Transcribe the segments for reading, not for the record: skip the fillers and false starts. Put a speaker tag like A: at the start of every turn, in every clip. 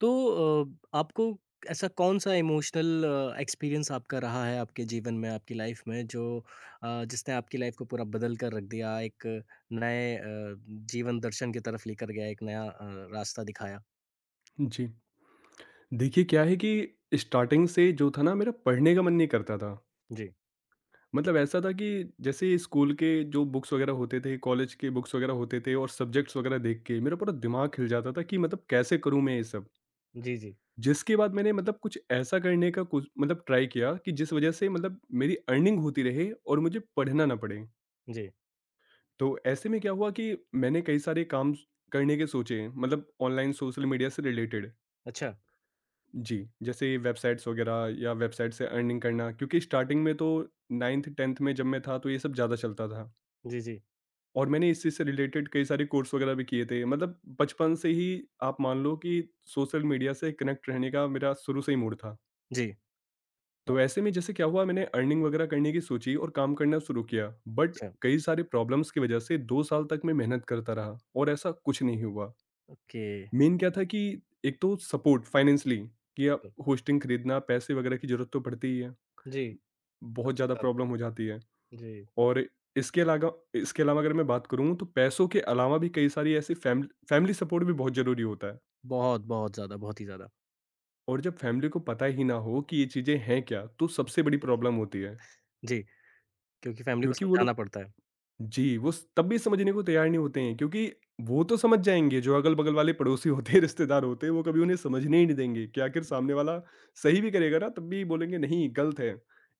A: तो आपको ऐसा कौन-सा इमोशनल एक्सपीरियंस आपका रहा है आपके जीवन में, आपकी लाइफ में जो जिसने आपकी लाइफ को पूरा बदल कर रख दिया, एक नए जीवन दर्शन की तरफ लेकर गया, एक नया रास्ता दिखाया?
B: जी। देखिए क्या है कि स्टार्टिंग से जो था ना, मेरा पढ़ने का मन नहीं करता था।
A: जी।
B: मतलब ऐसा था कि जैसे स्कूल के जो बुक्स वगैरह होते थे, कॉलेज के बुक्स वगैरह होते थे और सब्जेक्ट्स वगैरह देख के मेरा पूरा दिमाग हिल जाता था कि मतलब कैसे करूँ मैं ये सब?
A: जी, जी।
B: जिसके बाद मैंने मतलब कुछ ऐसा करने का, कुछ मतलब ट्राई किया कि जिस वजह से मतलब मेरी अर्निंग होती रहे और मुझे पढ़ना ना पड़े।
A: जी।
B: तो ऐसे में क्या हुआ कि मैंने कई सारे काम स करने के सोचे, मतलब ऑनलाइन सोशल मीडिया से रिलेटेड।
A: अच्छा।
B: जी, जैसे वेबसाइट्स वगैरह, या वेबसाइट से अर्निंग करना, क्योंकि स्टार्टिंग में तो 9th-10th में जब मैं था तो ये सब ज़्यादा चलता था,
A: जी, जी।
B: और मैंने इसी से रिलेटेड कई सारे कोर्स वगैरह भी किए थे। मतलब बचपन से ही आप मान लो कि सोशल मीडिया से कनेक्ट रहने का मेरा शुरू से ही मूड था।
A: जी। वाह,
B: तो ऐसे में जैसे क्या हुआ, मैंने अर्निंग वगैरह करने की सोची और काम करना शुरू किया। बट
A: अच्छा।
B: कई सारे प्रॉब्लम्स की वजह से 2 साल तक मैं मेहनत करता रहा और ऐसा कुछ नहीं हुआ।
A: ओके।
B: मेन क्या था कि एक तो सपोर्ट फाइनेंशियली कि आप
A: जी।
B: होस्टिंग खरीदना, पैसे वगैरह की ज़रूरत तो पड़ती ही है। बहुत ज़्यादा प्रॉब्लम हो जाती है।
A: जी।
B: और इसके अलावा अगर मैं बात करूँ, तो पैसों के अलावा भी कई सारी ऐसी फैमिली फैमिली सपोर्ट भी बहुत ज़रूरी होता है।
A: बहुत, बहुत ज़्यादा, बहुत ही ज़्यादा।
B: और जब फैमिली को पता ही ना हो कि ये चीज़ें हैं क्या, तो सबसे बड़ी प्रॉब्लम होती है,
A: जी, क्योंकि फैमिली को
B: क्योंकि वो
A: समझाना
B: लोग,
A: पड़ता है।
B: जी, वो तब भी समझने को तैयार नहीं होते हैं। क्योंकि वो तो समझ जाएंगे, जो अगल बगल वाले पड़ोसी होते हैं, रिश्तेदार होते हैं, वो कभी उन्हें समझने ही नहीं देंगे कि आखिर सामने वाला सही भी करेगा ना, तब भी बोलेंगे नहीं, गलत है,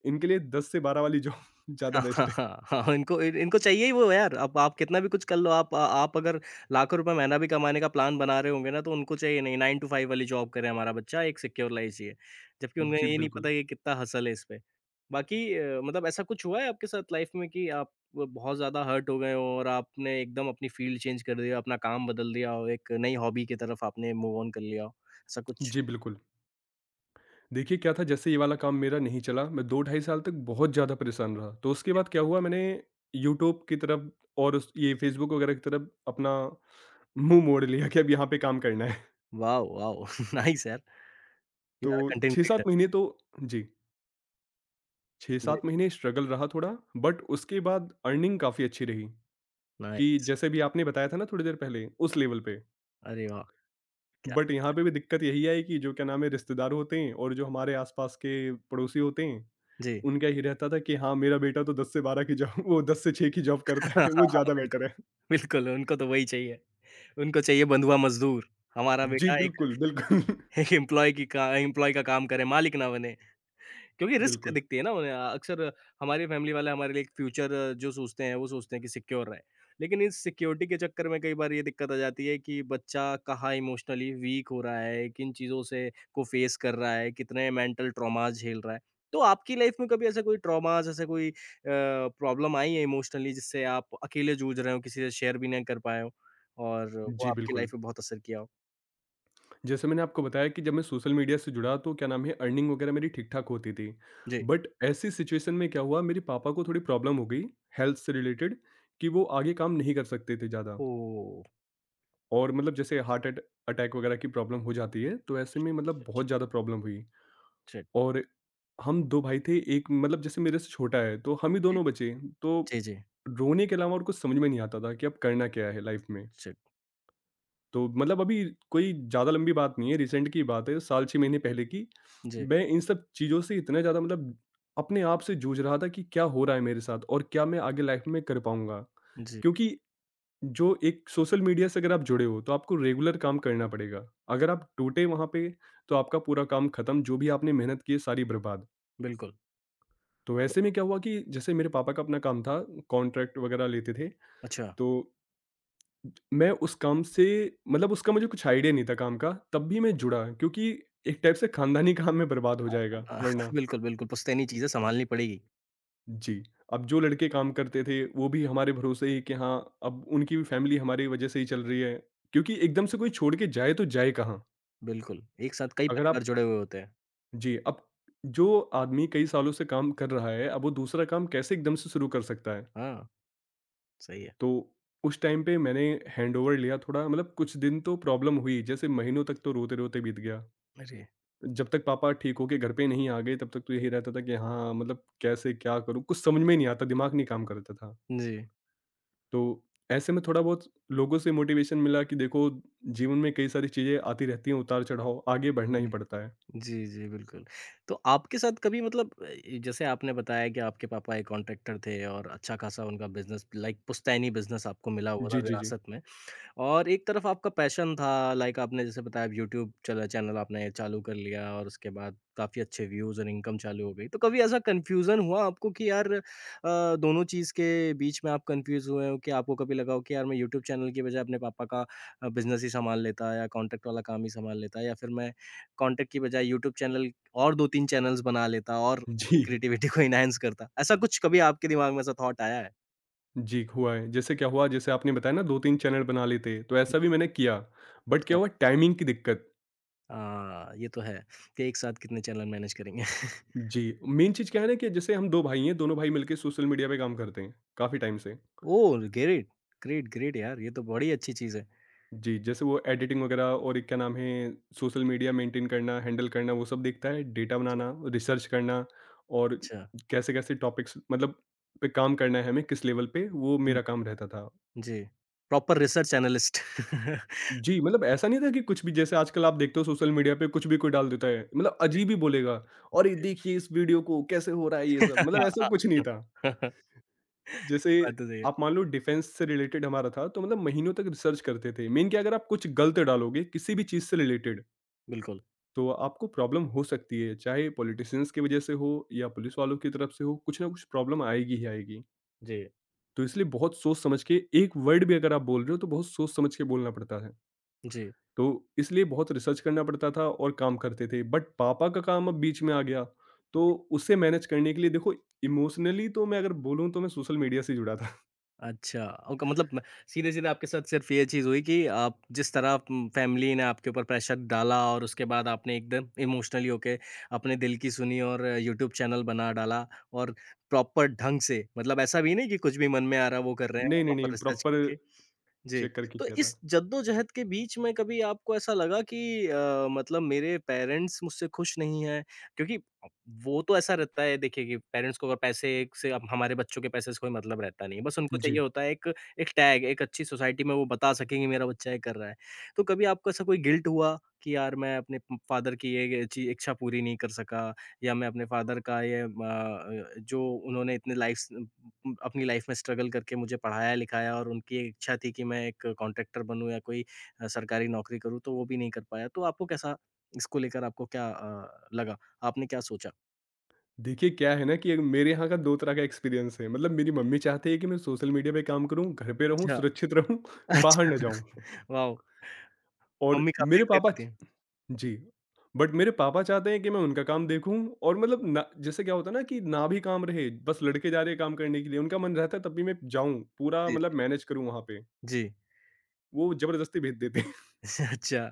B: इनके लिए 10 से 12 वाली जॉब ज़्यादा
A: हाँ,
B: बेस्ट है।
A: हाँ, हाँ, इनको चाहिए ही वो यार, अब आप कितना भी कुछ कर लो, आप अगर लाखों रुपए महीना भी कमाने का प्लान बना रहे होंगे ना, तो उनको चाहिए नहीं 9 टू 5 वाली जॉब करे हमारा बच्चा, एक सिक्योर लाइफ़ जिए। जबकि उन्हें
B: जी,
A: ये नहीं पता
B: बिल्कुल।
A: ये कितना हसल है इस पे। बाकी मतलब ऐसा कुछ हुआ है आपके साथ लाइफ़ में कि आप वो बहुत ज़्यादा हर्ट हो गए हो और आपने एकदम अपनी फ़ील्ड चेंज कर दिया, अपना काम बदल दिया हो, एक नई हॉबी की तरफ आपने मूव ऑन कर लिया हो? ऐसा कुछ?
B: जी, बिल्कुल। देखिए क्या था, जैसे ये वाला काम मेरा नहीं चला, मैं 2 ढाई साल तक बहुत ज़्यादा परेशान रहा। तो उसके बाद क्या हुआ, मैंने यूट्यूब की तरफ और उस ये फ़ेसबुक वगैरह की तरफ अपना मुँह मोड़ लिया कि अब यहाँ पे काम करना है।
A: वॉव! वॉव! नाइस यार, यू
B: तो
A: आर अ कंटेंट
B: 6-7
A: क्रिएटर।
B: महीने तो, जी, 6-7
A: ग्रेट,
B: महीने स्ट्रगल रहा थोड़ा, बट उसके बाद अर्निंग काफ़ी अच्छी रही, कि
A: नाइस।
B: जैसे भी आपने बताया था ना थोड़ी देर पहले, उस लेवल पे।
A: अरे वाह! क्या
B: बट यहाँ पे भी दिक्कत यही आई कि जो क्या नाम है, रिश्तेदार होते हैं और जो हमारे आस-पास के पड़ोसी होते हैं,
A: जी।
B: उनका ये रहता था कि हाँ, मेरा बेटा तो 10 से 12 की जॉब, वो 10 से 6 की जॉब
A: हाँ,
B: करता है,
A: हाँ,
B: वो
A: हाँ,
B: ज़्यादा
A: बिल्कुल।
B: बेटर है।
A: बिल्कुल, उनको तो वही चाहिए। उनको चाहिए बंधुआ मज़दूर। हमारा
B: जी,
A: बेटा एक
B: बिल्कुल, बिल्कुल,
A: एक एम्प्लॉयी का काम करे, मालिक ना बने। क्योंकि रिस्क
B: बिल्कुल।
A: दिखती है ना उन्हें अक्सर। हमारी फैमिली वाले हमारे लिए एक फ्यूचर जो सोचते हैं वो सोचते हैं कि सिक्योर रहे। लेकिन इस सिक्योरिटी के चक्कर में कई बार ये दिक्कत आ जाती है कि बच्चा कहाँ इमोशनली वीक हो रहा है, किन चीज़ों से को फेस कर रहा है, कितने मेंटल ट्रॉमास झेल रहा है। तो आपकी लाइफ में कभी ऐसा कोई ट्रॉमास ऐसा कोई अ, प्रॉब्लम आई है इमोशनली जिससे आप अकेले जूझ रहे हो, किसी से शेयर भी नहीं कर पाए हो और वो
B: जी,
A: आपकी लाइफ
B: बिल्कुल।
A: पे बहुत असर किया हो?
B: जैसे मैंने आपको बताया कि जब मैं सोशल मीडिया से जुड़ा, तो क्या नाम है, अर्निंग वगैरह मेरी ठीक-ठाक होती थी।
A: जी।
B: बट ऐसी सिचुएशन में क्या हुआ, मेरे पापा को थोड़ी प्रॉब्लम हो गई, हेल्थ से रिलेटेड, कि वो आगे काम नहीं कर सकते थे ज़्यादा।
A: ओह!
B: और मतलब जैसे हार्ट अट अटैक वगैरह की प्रॉब्लम हो जाती है, तो ऐसे में मतलब
A: शिट,
B: बहुत ज़्यादा प्रॉब्लम हुई।
A: शिट,
B: और हम 2 भाई थे, एक मतलब जैसे मेरे से छोटा है, तो हम ही
A: जी,
B: दोनों बचे। तो
A: जी, जी।
B: रोने के अलावा और कुछ समझ में नहीं आता था कि अब करना क्या है लाइफ में।
A: शिट,
B: तो मतलब अभी कोई ज़्यादा लंबी बात नहीं है, रिसेंट की बात है, साल 6 महीने पहले की।
A: जी,
B: मैं इन सब चीज़ों से इतना ज़्यादा मतलब अपने आप से जूझ रहा था कि क्या हो रहा है मेरे साथ, और क्या मैं आगे लाइफ में कर पाऊँगा?
A: जी।
B: क्योंकि जो एक सोशल मीडिया से अगर आप जुड़े हो, तो आपको रेगुलर काम करना पड़ेगा। अगर आप टूटे वहाँ पे, तो आपका पूरा काम खत्म, जो भी आपने मेहनत की है, सारी बर्बाद।
A: बिल्कुल।
B: तो
A: तो
B: ऐसे में क्या हुआ कि जैसे मेरे पापा का अपना काम था, कॉन्ट्रैक्ट वगैरह लेते थे,
A: अच्छा।
B: तो मैं उस काम से, मतलब उसका मुझे कुछ आइडिया नहीं था काम का, तब भी मैं जुड़ा, क्योंकि एक टाइप से खानदानी काम में बर्बाद हो जाएगा
A: अ,
B: वरना।
A: बिल्कुल, बिल्कुल, पुश्तैनी चीज़ें सँभालनी पड़ेगी।
B: जी, अब जो लड़के काम करते थे, वो भी हमारे भरोसे ही कि हाँ, अब उनकी भी फैमिली हमारी वजह से ही चल रही है, क्योंकि एकदम
A: जी।
B: से कोई छोड़ के जाए तो जाए कहाँ?
A: बिल्कुल, एक साथ कई
B: अगर आप
A: परिवार जुड़े हुए होते हैं।
B: जी, अब जो आदमी कई सालों से काम कर रहा है, अब वो दूसरा काम कैसे एकदम से शुरू कर सकता है?
A: हाँ, सही है।
B: तो उस टाइम पे मैंने हैंडओवर लिया थोड़ा, मतलब कुछ दिन तो प्रॉब्लम हुई, जैसे महीनों तक तो रोते-रोते बीत गया।
A: जी। अरे!
B: जब तक पापा ठीक होके घर पे नहीं आ गए, तब तक तो यही रहता था कि हाँ, मतलब कैसे क्या करूँ? कुछ समझ में ही नहीं आता, दिमाग नहीं काम करता था।
A: जी।
B: तो ऐसे में थोड़ा बहुत लोगों से मोटिवेशन मिला कि देखो, जीवन में कई सारी चीज़ें आती रहती हैं, उतार-चढ़ाव, आगे बढ़ना ही
A: हुँ।
B: पड़ता है।
A: जी, जी, बिल्कुल। तो आपके साथ कभी मतलब जैसे आपने बताया कि आपके पापा एक कॉन्ट्रैक्टर थे और अच्छा-खासा उनका बिज़नेस लाइक पुश्तैनी बिज़नेस आपको मिला हुआ था
B: जी, जी, जी।
A: विरासत में। और एक तरफ आपका पैशन था, लाइक आपने जैसे बताया यूट्यूब चला चैनल आपने चालू कर लिया और उसके बाद काफ़ी अच्छे व्यूज़ और इनकम चालू हो गई। तो कभी ऐसा कन्फ्यूज़न हुआ आपको कि यार दोनों चीज़ के बीच में आप कन्फ्यूज़ हुए हो कि आपको कभी लगा हो कि यार मैं यूट्यूब चैनल की बजाय अपने पापा का बिज़नेस ही सँभाल लेता या कॉन्टेंट वाला काम ही सँभाल लेता या फिर मैं कॉन्टेंट की बजाय यूट्यूब चैनल और 2-3 चैनल्स बना लेता और
B: जी।
A: अपनी क्रिएटिविटी को एनहांस करता। ऐसा कुछ कभी आपके दिमाग में ऐसा थॉट आया है?
B: जी, हुआ है। जैसे क्या हुआ, जैसे आपने बताया ना 2-3 चैनल बना लेते, तो ऐसा भी मैंने किया। बट
A: अच्छा।
B: क्या हुआ, टाइमिंग की दिक्कत।
A: हाँ, ये तो है कि एक साथ कितने चैनल मैनेज करेंगे।
B: जी, मेन चीज़ क्या है ना, कि जैसे हम 2 भाई हैं, दोनों भाई मिलके सोशल मीडिया पे काम करते हैं, काफ़ी टाइम से।
A: ओह! ग्रेट, ग्रेट, ग्रेट यार ये तो बड़ी अच्छी चीज़ है।
B: जी, जैसे वो एडिटिंग वगैरह और एक क्या नाम है, सोशल मीडिया मेंटेन करना, हैंडल करना, वो सब देखता है, डेटा
A: अच्छा,
B: बनाना, रिसर्च करना, और
A: अच्छा।
B: कैसे-कैसे टॉपिक्स मतलब पे काम करना है हमें, किस लेवल पे, वो
A: हुँ।
B: मेरा काम रहता था।
A: जी, प्रॉपर रिसर्च एनालिस्ट।
B: जी, मतलब ऐसा नहीं था कि कुछ भी, जैसे आजकल आप देखते हो सोशल मीडिया पे कुछ भी कोई डाल देता है, मतलब
A: जी,
B: अजीब ही बोलेगा, "अरे!
A: जी।
B: देखिए इस वीडियो को, कैसे हो रहा है ये सब।" मतलब
A: हाँ,
B: ऐसा
A: हाँ,
B: कुछ नहीं था।
A: हाँ,
B: जैसे
A: ये बात तो सही है।
B: आप मान लो डिफेंस से रिलेटेड हमारा था, तो मतलब महीनों तक रिसर्च करते थे मेन, कि अगर आप कुछ गलत डालोगे किसी भी चीज़ से रिलेटेड,
A: बिल्कुल,
B: तो आपको प्रॉब्लम हो सकती है, चाहे पॉलिटिशियंस की वजह से हो या पुलिस वालों की तरफ से हो, कुछ ना कुछ प्रॉब्लम आएगी ही आएगी।
A: जी,
B: तो इसलिए बहुत सोच समझ के एक वर्ड भी अगर आप बोल रहे हो, तो बहुत सोच समझ के बोलना पड़ता है।
A: जी।
B: तो इसलिए बहुत रिसर्च करना पड़ता था और काम करते थे, बट पापा का काम अब बीच में आ गया, तो उसे मैनेज करने के लिए, देखो, इमोशनली तो मैं अगर बोलूँ तो मैं सोशल मीडिया से जुड़ा था।
A: अच्छा, ओके, मतलब म सीधे-सीधे आपके साथ सिर्फ़ ये चीज़ हुई कि आप जिस तरह फैमिली ने आपके ऊपर प्रेशर डाला और उसके बाद आपने एकदम इमोशनली होके अपने दिल की सुनी और यूट्यूब चैनल बना डाला और प्रॉपर ढंग से मतलब ऐसा भी नहीं कि कुछ भी मन में आ रहा है वो कर रहे हैं,
B: नहीं नहीं
A: प्रॉपर
B: नहीं,
A: रिसर्च
B: प्रॉपर
A: करके। जी,
B: चेक करके
A: तो
B: किया था।
A: इस जद्दोजहद के बीच में कभी आपको ऐसा लगा कि मतलब मेरे पेरेंट्स मुझसे खुश नहीं हैं? क्योंकि अ, वो तो ऐसा रहता है देखिए कि पेरेंट्स को अगर पैसे से अब हमारे बच्चों के पैसे से कोई मतलब रहता नहीं है। बस उनको
B: जी।
A: चाहिए होता है एक एक टैग, एक अच्छी सोसाइटी में वो बता सकें कि मेरा बच्चा ये कर रहा है। तो कभी आपको ऐसा कोई गिल्ट हुआ कि यार मैं अपने प फ़ादर की ये ची इच्छा पूरी नहीं कर सका या मैं अपने फ़ादर का ये जो उन्होंने इतने अपनी लाइफ़ में स्ट्रगल करके मुझे पढ़ाया-लिखाया और उनकी एक इच्छा थी कि मैं एक कॉन्ट्रैक्टर बनूँ या कोई सरकारी नौकरी करूँ, तो वो भी नहीं कर पाया। तो आपको कैसा इसको लेकर आपको क्या लगा? आपने क्या सोचा?
B: देखिए क्या है ना कि एक मेरे यहाँ का 2 तरह का एक्सपीरियंस है। मतलब मेरी मम्मी चाहती है कि मैं सोशल मीडिया पे काम करूँ, घर पे रहूँ, सुरक्षित रहूँ, बाहर
A: अच्छा,
B: ना जाऊँ,
A: अच्छा, वाओ!
B: और
A: मम्मी काफ़ी
B: मेरे
A: एक्टिव
B: पापा।
A: रहती हैं।
B: जी। बट मेरे पापा चाहते हैं कि मैं उनका काम देखूँ, और मतलब ना, जैसे क्या होता है ना कि ना भी काम रहे, बस लड़के जा रहे हैं काम करने के लिए, उनका मन रहता है, तब भी मैं जाऊँ, पूरा
A: जी,
B: मतलब
A: जी।
B: मैनेज करूँ वहाँ पे।
A: जी,
B: वो ज़बरदस्ती भेज देते हैं।
A: अच्छा।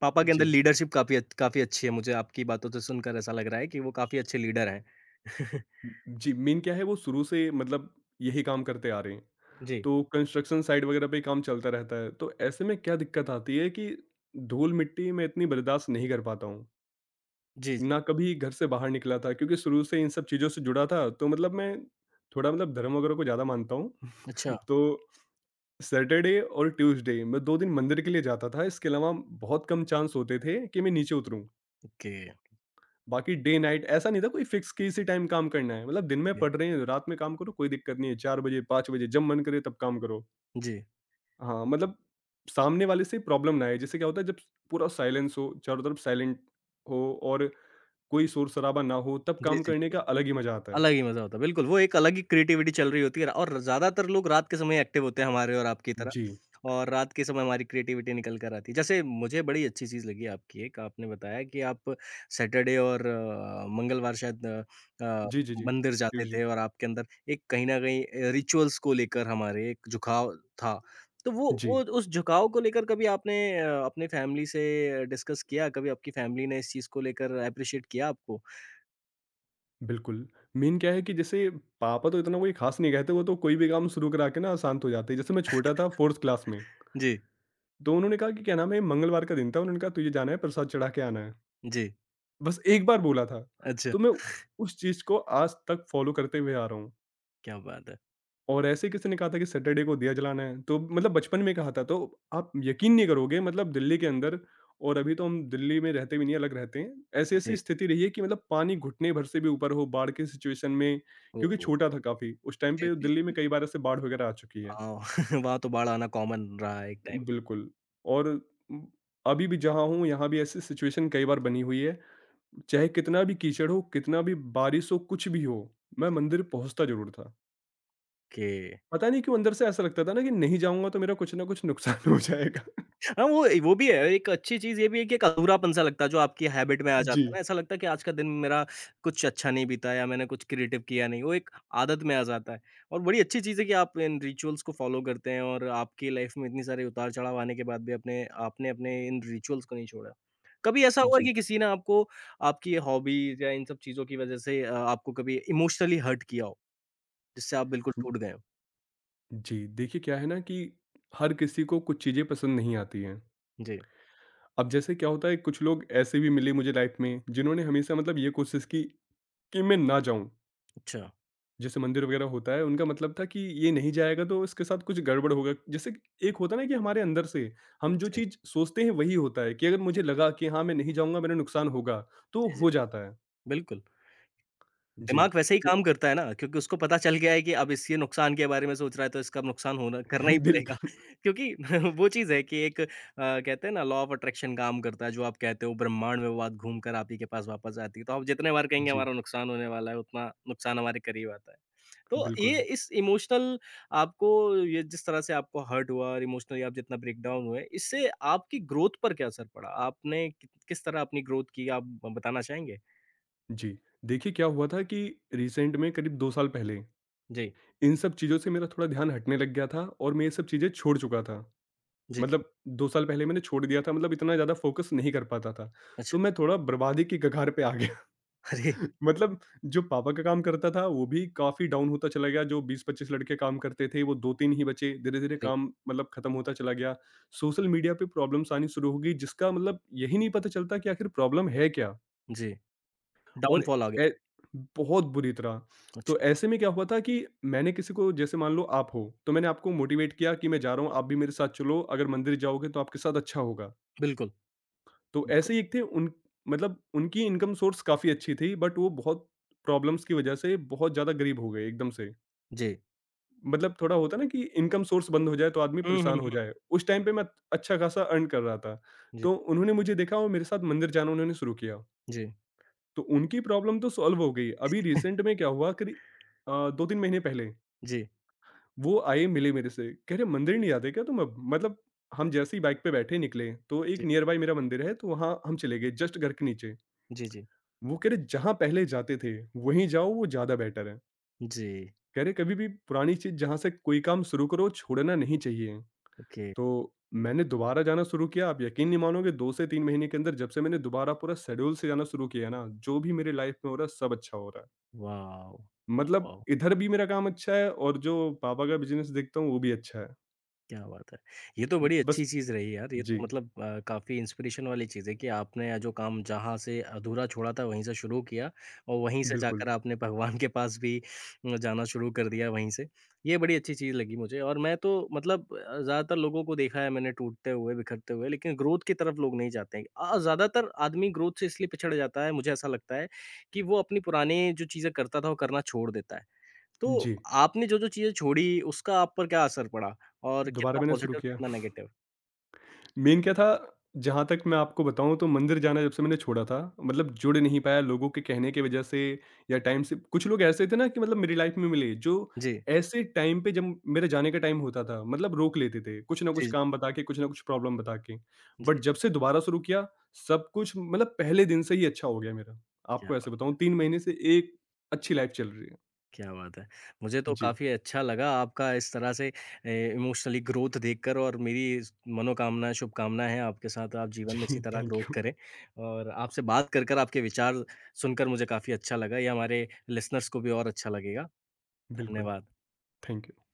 A: पापा के अंदर
B: जी।
A: लीडरशिप काफ़ी अच्छी है, मुझे आपकी बातों से सुनकर ऐसा लग रहा है कि वो काफ़ी अच्छे लीडर हैं।
B: जी, मेन क्या है, वो शुरू से मतलब यही काम करते आ रहे हैं।
A: जी,
B: तो कंस्ट्रक्शन साइट वगैरह पे काम चलता रहता है, तो ऐसे में क्या दिक्कत आती है कि धूल-मिट्टी मैं इतनी बर्दाश्त नहीं कर पाता हूँ।
A: जी, जी।
B: ना कभी घर से बाहर निकला था, क्योंकि शुरू से इन सब चीज़ों से जुड़ा था, तो मतलब मैं थोड़ा मतलब धर्म वगैरह को ज़्यादा मानता हूँ।
A: अच्छा,
B: तो सैटरडे और ट्यूसडे मैं 2 दिन मंदिर के लिए जाता था, इसके अलावा बहुत कम चांस होते थे कि मैं नीचे उतरूँ।
A: ओके।
B: बाकी डे नाइट ऐसा नहीं था कोई फिक्स कि इसी टाइम काम करना है, मतलब दिन में
A: जी।
B: पढ़ रहे हैं, रात में काम करो कोई दिक्कत नहीं है, 4 बजे, 5 बजे जब मन करे तब काम करो।
A: जी।
B: हाँ, मतलब सामने वाले से प्रॉब्लम ना आए। जैसे क्या होता है, जब पूरा साइलेंस हो, चारों तरफ साइलेंट हो और कोई शोर-शराबा ना हो, तब
A: जी,
B: काम
A: जी,
B: करने
A: जी।
B: का अलग ही मज़ा आता है।
A: अलग ही मज़ा होता है, बिल्कुल, वो एक अलग ही क्रिएटिविटी चल रही होती है और ज़्यादातर लोग रात के समय एक्टिव होते हैं हमारे और आपकी तरह
B: जी।
A: और रात के समय हमारी क्रिएटिविटी निकल कर आती है। जैसे मुझे बड़ी अच्छी चीज़ लगी आपकी एक, आपने बताया कि आप सैटरडे और मंगलवार शायद अ,
B: जी, जी, जी।
A: मंदिर जाते
B: ट्यूसडे।
A: थे और आपके अंदर एक कहीं न कहीं रिचुअल्स को लेकर हमारे एक झुकाव था। तो वो
B: जी,
A: उस झुकाव को लेकर कभी आपने अपने फैमिली से डिस्कस किया? कभी आपकी फैमिली ने इस चीज़ को लेकर एप्रिशिएट किया आपको?
B: बिल्कुल। मेन क्या है कि जैसे पापा तो इतना कोई ख़ास नहीं कहते, वो तो कोई भी काम शुरू करा के ना शांत हो जाते हैं। जैसे मैं छोटा था 4th क्लास में,
A: जी।
B: तो उन्होंने कहा कि क्या नाम है, मंगलवार का दिन था, उन्होंने कहा तुझे जाना है, प्रसाद चढ़ा के आना है।
A: जी,
B: बस एक बार बोला था,
A: अच्छा,
B: तो मैं उस चीज़ को आज तक फ़ॉलो करते हुए आ रहा हूँ।
A: क्या बात है।
B: और ऐसे ही किसी ने कहा था कि सैटरडे को दिया जलाना है, तो मतलब बचपन में कहा था तो आप यकीन नहीं करोगे, मतलब दिल्ली के अंदर, और अभी तो हम दिल्ली में रहते भी नहीं, अलग रहते हैं। ऐसी-ऐसी
A: जी,
B: स्थिति रही है कि मतलब पानी घुटने भर से भी ऊपर हो बाढ़ की सिचुएशन में, क्योंकि
A: ओह!
B: छोटा था काफ़ी। उस टाइम
A: जी,
B: पे
A: जी, जी,
B: दिल्ली में
A: बिल्कुल।
B: कई बार ऐसे बाढ़ वगैरह आ चुकी है।
A: अ, वहाँ तो बाढ़ आना कॉमन रहा है एक टाइम पे
B: बिल्कुल। और उम, अभी भी जहाँ हूँ, यहाँ भी ऐसी सिचुएशन कई बार बनी हुई है। चाहे कितना भी कीचड़ हो, कितना भी बारिश हो, कुछ भी हो, मैं मंदिर पहुँचता ज़रूर था।
A: कि
B: पता नहीं क्यों अंदर से ऐसा लगता था ना कि नहीं जाऊँगा तो मेरा कुछ न कुछ नुकसान हो जाएगा।
A: हाँ, वो भी है। एक अच्छी चीज़ ये भी है कि एक अधूरापन-सा लगता है जो आपकी हैबिट में आ जाता
B: जी।
A: है ना, ऐसा लगता है कि आज का दिन मेरा कुछ अच्छा नहीं बीता या मैंने कुछ क्रिएटिव किया नहीं, वो एक आदत में आ जाता है। और बड़ी अच्छी चीज़ है कि आप इन रिचुअल्स को फ़ॉलो करते हैं और आपकी लाइफ़ में इतनी सारे उतार-चढ़ाव आने के बाद भी अपने आपने अपने इन रिचुअल्स को नहीं छोड़ा। कभी ऐसा हुआ है
B: जी।
A: कि किसी ने आपको आपकी हॉबीज़ या इन सब चीज़ों की वज़ह से आपको कभी इमोशनली हर्ट किया हो, जिससे आप बिल्कुल
B: हुँ,
A: टूट गए हो?
B: जी, देखिए क्या है ना कि हर किसी को कुछ चीज़ें पसंद नहीं आती हैं।
A: जी,
B: अब जैसे क्या होता है कुछ लोग ऐसे भी मिले मुझे लाइफ़ में जिन्होंने हमेशा मतलब ये कोशिश की कि मैं ना जाऊँ।
A: अच्छा।
B: जैसे मंदिर वगैरह होता है उनका मतलब था कि ये नहीं जाएगा तो इसके साथ कुछ गड़बड़ होगा। जैसे कि एक होता है ना कि हमारे अंदर से हम जो
A: जी।
B: चीज़ सोचते हैं वही होता है कि अगर मुझे
A: जी,
B: लगा कि हाँ, मैं नहीं जाऊँगा मेरा नुकसान होगा, तो
A: जी, जी।
B: हो जाता है।
A: बिल्कुल।
B: जी,
A: दिमाग वैसे ही
B: तो
A: काम करता है ना क्योंकि उसको पता चल गया है कि अब इसके नुकसान के बारे में सोच रहा है तो इसका अब नुकसान होना करना ही पड़ेगा
B: बिल्कुल
A: क्योंकि वो चीज़ है कि एक कहते हैं ना लॉ ऑफ अट्रैक्शन काम करता है जो आप कहते हो ब्रह्मांड में वो बात घूम कर आप ही के पास वापस आती है तो आप जितने बार कहेंगे
B: जी।
A: हमारा नुकसान होने वाला है उतना नुकसान हमारे करीब आता है। तो
B: बिल्कुल,
A: आपको ये जिस तरह से आपको हर्ट हुआ और इमोशनली आप जितना ब्रेकडाउन हुए इससे आपकी ग्रोथ पर क्या असर पड़ा आपने किस तरह अपनी ग्रोथ की आप बताना चाहेंगे?
B: जी। देखिए क्या हुआ था कि रिसेंट में करीब 2 साल पहले
A: जी।
B: इन सब चीज़ों से मेरा थोड़ा ध्यान हटने लग गया था और मैं ये सब चीज़ें छोड़ चुका था।
A: जी।
B: मतलब 2 साल पहले मैंने छोड़ दिया था मतलब इतना ज़्यादा फ़ोकस नहीं कर पाता था।
A: अच्छा।
B: तो मैं थोड़ा बर्बादी की कगार पे आ गया।
A: अरे!
B: मतलब जो पापा का काम करता था वो भी काफ़ी डाउन होता चला गया, जो 20-25 लड़के काम करते थे वो 2-3 ही बचे, धीरे-धीरे
A: अरे!
B: काम मतलब खत्म होता चला गया। सोशल मीडिया पे प्रॉब्लम्स आनी शुरू हो गई जिसका मतलब यही नहीं पता चलता कि आखिर प्रॉब्लम है क्या?
A: जी,
B: और
A: डाउनफॉल आ गया।
B: ए बहुत बुरी तरह। तो
A: अच्छा,
B: ऐसे में क्या हुआ था कि मैंने किसी को जैसे मान लो आप हो, तो मैंने आपको मोटिवेट किया कि मैं जा रहा हूँ, आप भी मेरे साथ चलो, अगर मंदिर जाओगे तो आपके साथ अच्छा होगा।
A: बिल्कुल,
B: तो
A: बिल्कुल,
B: ऐसे ही एक थे उन मतलब उनकी इनकम सोर्स काफ़ी अच्छी थी बट वो बहुत प्रॉब्लम्स की वजह से बहुत ज़्यादा गरीब हो गए एकदम से।
A: जी।
B: मतलब थोड़ा होता है ना कि इनकम सोर्स बंद हो जाए तो आदमी
A: हुँ, हुँ,
B: परेशान हो
A: हुँ।
B: जाए, उस टाइम पे मैं अच्छा खासा अर्न कर रहा था।
A: जी,
B: तो उन्होंने मुझे देखा और मेरे साथ मंदिर जाना उन्होंने शुरू किया।
A: जी,
B: तो उनकी प्रॉब्लम तो सॉल्व हो गई। अभी रिसेंट में क्या हुआ 2-3 महीने पहले,
A: जी,
B: वो आए मिले मेरे से, कह रहे मंदिर
A: जी,
B: नहीं जाते क्या तुम अब? मतलब हम जैसे ही बाइक पे बैठे निकले, तो एक
A: जी,
B: नियर बाय मेरा मंदिर है, तो वहाँ हम चले गए जस्ट घर के नीचे।
A: जी, जी,
B: वो कह रहे जहाँ पहले जाते थे, वहीं जाओ वो ज़्यादा बेटर है।
A: जी,
B: कह रहे कभी भी पुरानी चीज़ जहाँ से कोई काम शुरू करो, छोड़ना नहीं चाहिए।
A: ओके,
B: तो मैंने दोबारा जाना शुरू किया, आप यकीन नहीं मानोगे 2 से 3 महीने के अंदर जब से मैंने दोबारा पूरा शेड्यूल से जाना शुरू किया ना, जो भी मेरे लाइफ में हो रहा है सब अच्छा हो रहा है।
A: वॉव!
B: मतलब
A: वॉव!
B: इधर भी मेरा काम अच्छा है और जो पापा का बिज़नेस देखता हूँ वो भी अच्छा है।
A: क्या बात है! ये तो बड़ी
B: बस
A: अच्छी चीज़ रही यार, ये
B: जी,
A: तो मतलब काफ़ी इंस्पिरेशन वाली चीज़ है कि आपने जो काम जहाँ से अधूरा छोड़ा था वहीं से शुरू किया और वहीं से जाकर
B: बिल्कुल।
A: आपने भगवान के पास भी जाना शुरू कर दिया वहीं से। ये बड़ी अच्छी चीज़ लगी मुझे और मैं तो मतलब ज़्यादातर लोगों को देखा है मैंने टूटते हुए, बिखरते हुए लेकिन ग्रोथ की तरफ लोग नहीं जाते हैं। ज़्यादातर आदमी ग्रोथ से इसलिए पिछड़ जाता है मुझे ऐसा लगता है कि वो अपनी पुरानी जो चीज़ें करता था वो करना छोड़ देता है। तो
B: जी,
A: आपने जो-जो चीज़ें छोड़ी उसका आप पर क्या असर पड़ा? और कितना
B: दोबारा मैंने शुरू
A: पॉज़िटिव
B: किया।
A: कितना नेगेटिव?
B: मेन क्या था, जहाँ तक मैं आपको बताऊँ तो मंदिर जाना जब से मैंने छोड़ा था, मतलब जुड़ नहीं पाया लोगों के कहने की वजह से या टाइम से कुछ लोग ऐसे थे ना कि मतलब मेरी लाइफ में मिले, जो
A: जी,
B: ऐसे टाइम पे जब मेरे जाने का टाइम होता था, मतलब रोक लेते थे, कुछ ना
A: जी,
B: कुछ
A: जी,
B: काम बता के, कुछ ना कुछ प्रॉब्लम बता के। बट
A: जी।
B: जब से दोबारा शुरू किया, सब कुछ मतलब पहले दिन से ही अच्छा हो गया मेरा।
A: क्या
B: आपको
A: बात
B: ऐसे बताऊँ 3 महीने से एक अच्छी लाइफ चल रही है।
A: क्या बात है। मुझे तो
B: जी,
A: काफ़ी अच्छा लगा आपका इस तरह से इमोशनली ग्रोथ देखकर और मेरी इस मनोकामना, शुभकामनाएँ हैं आपके साथ आप जीवन
B: जी,
A: में इसी तरह
B: थैंक
A: ग्रोथ
B: यू।
A: करें। और आपसे बात कर आपके विचार सुनकर मुझे काफ़ी अच्छा लगा। ये हमारे लिसनर्स को भी और अच्छा लगेगा।
B: बिल्कुल,
A: धन्यवाद।
B: Thank you.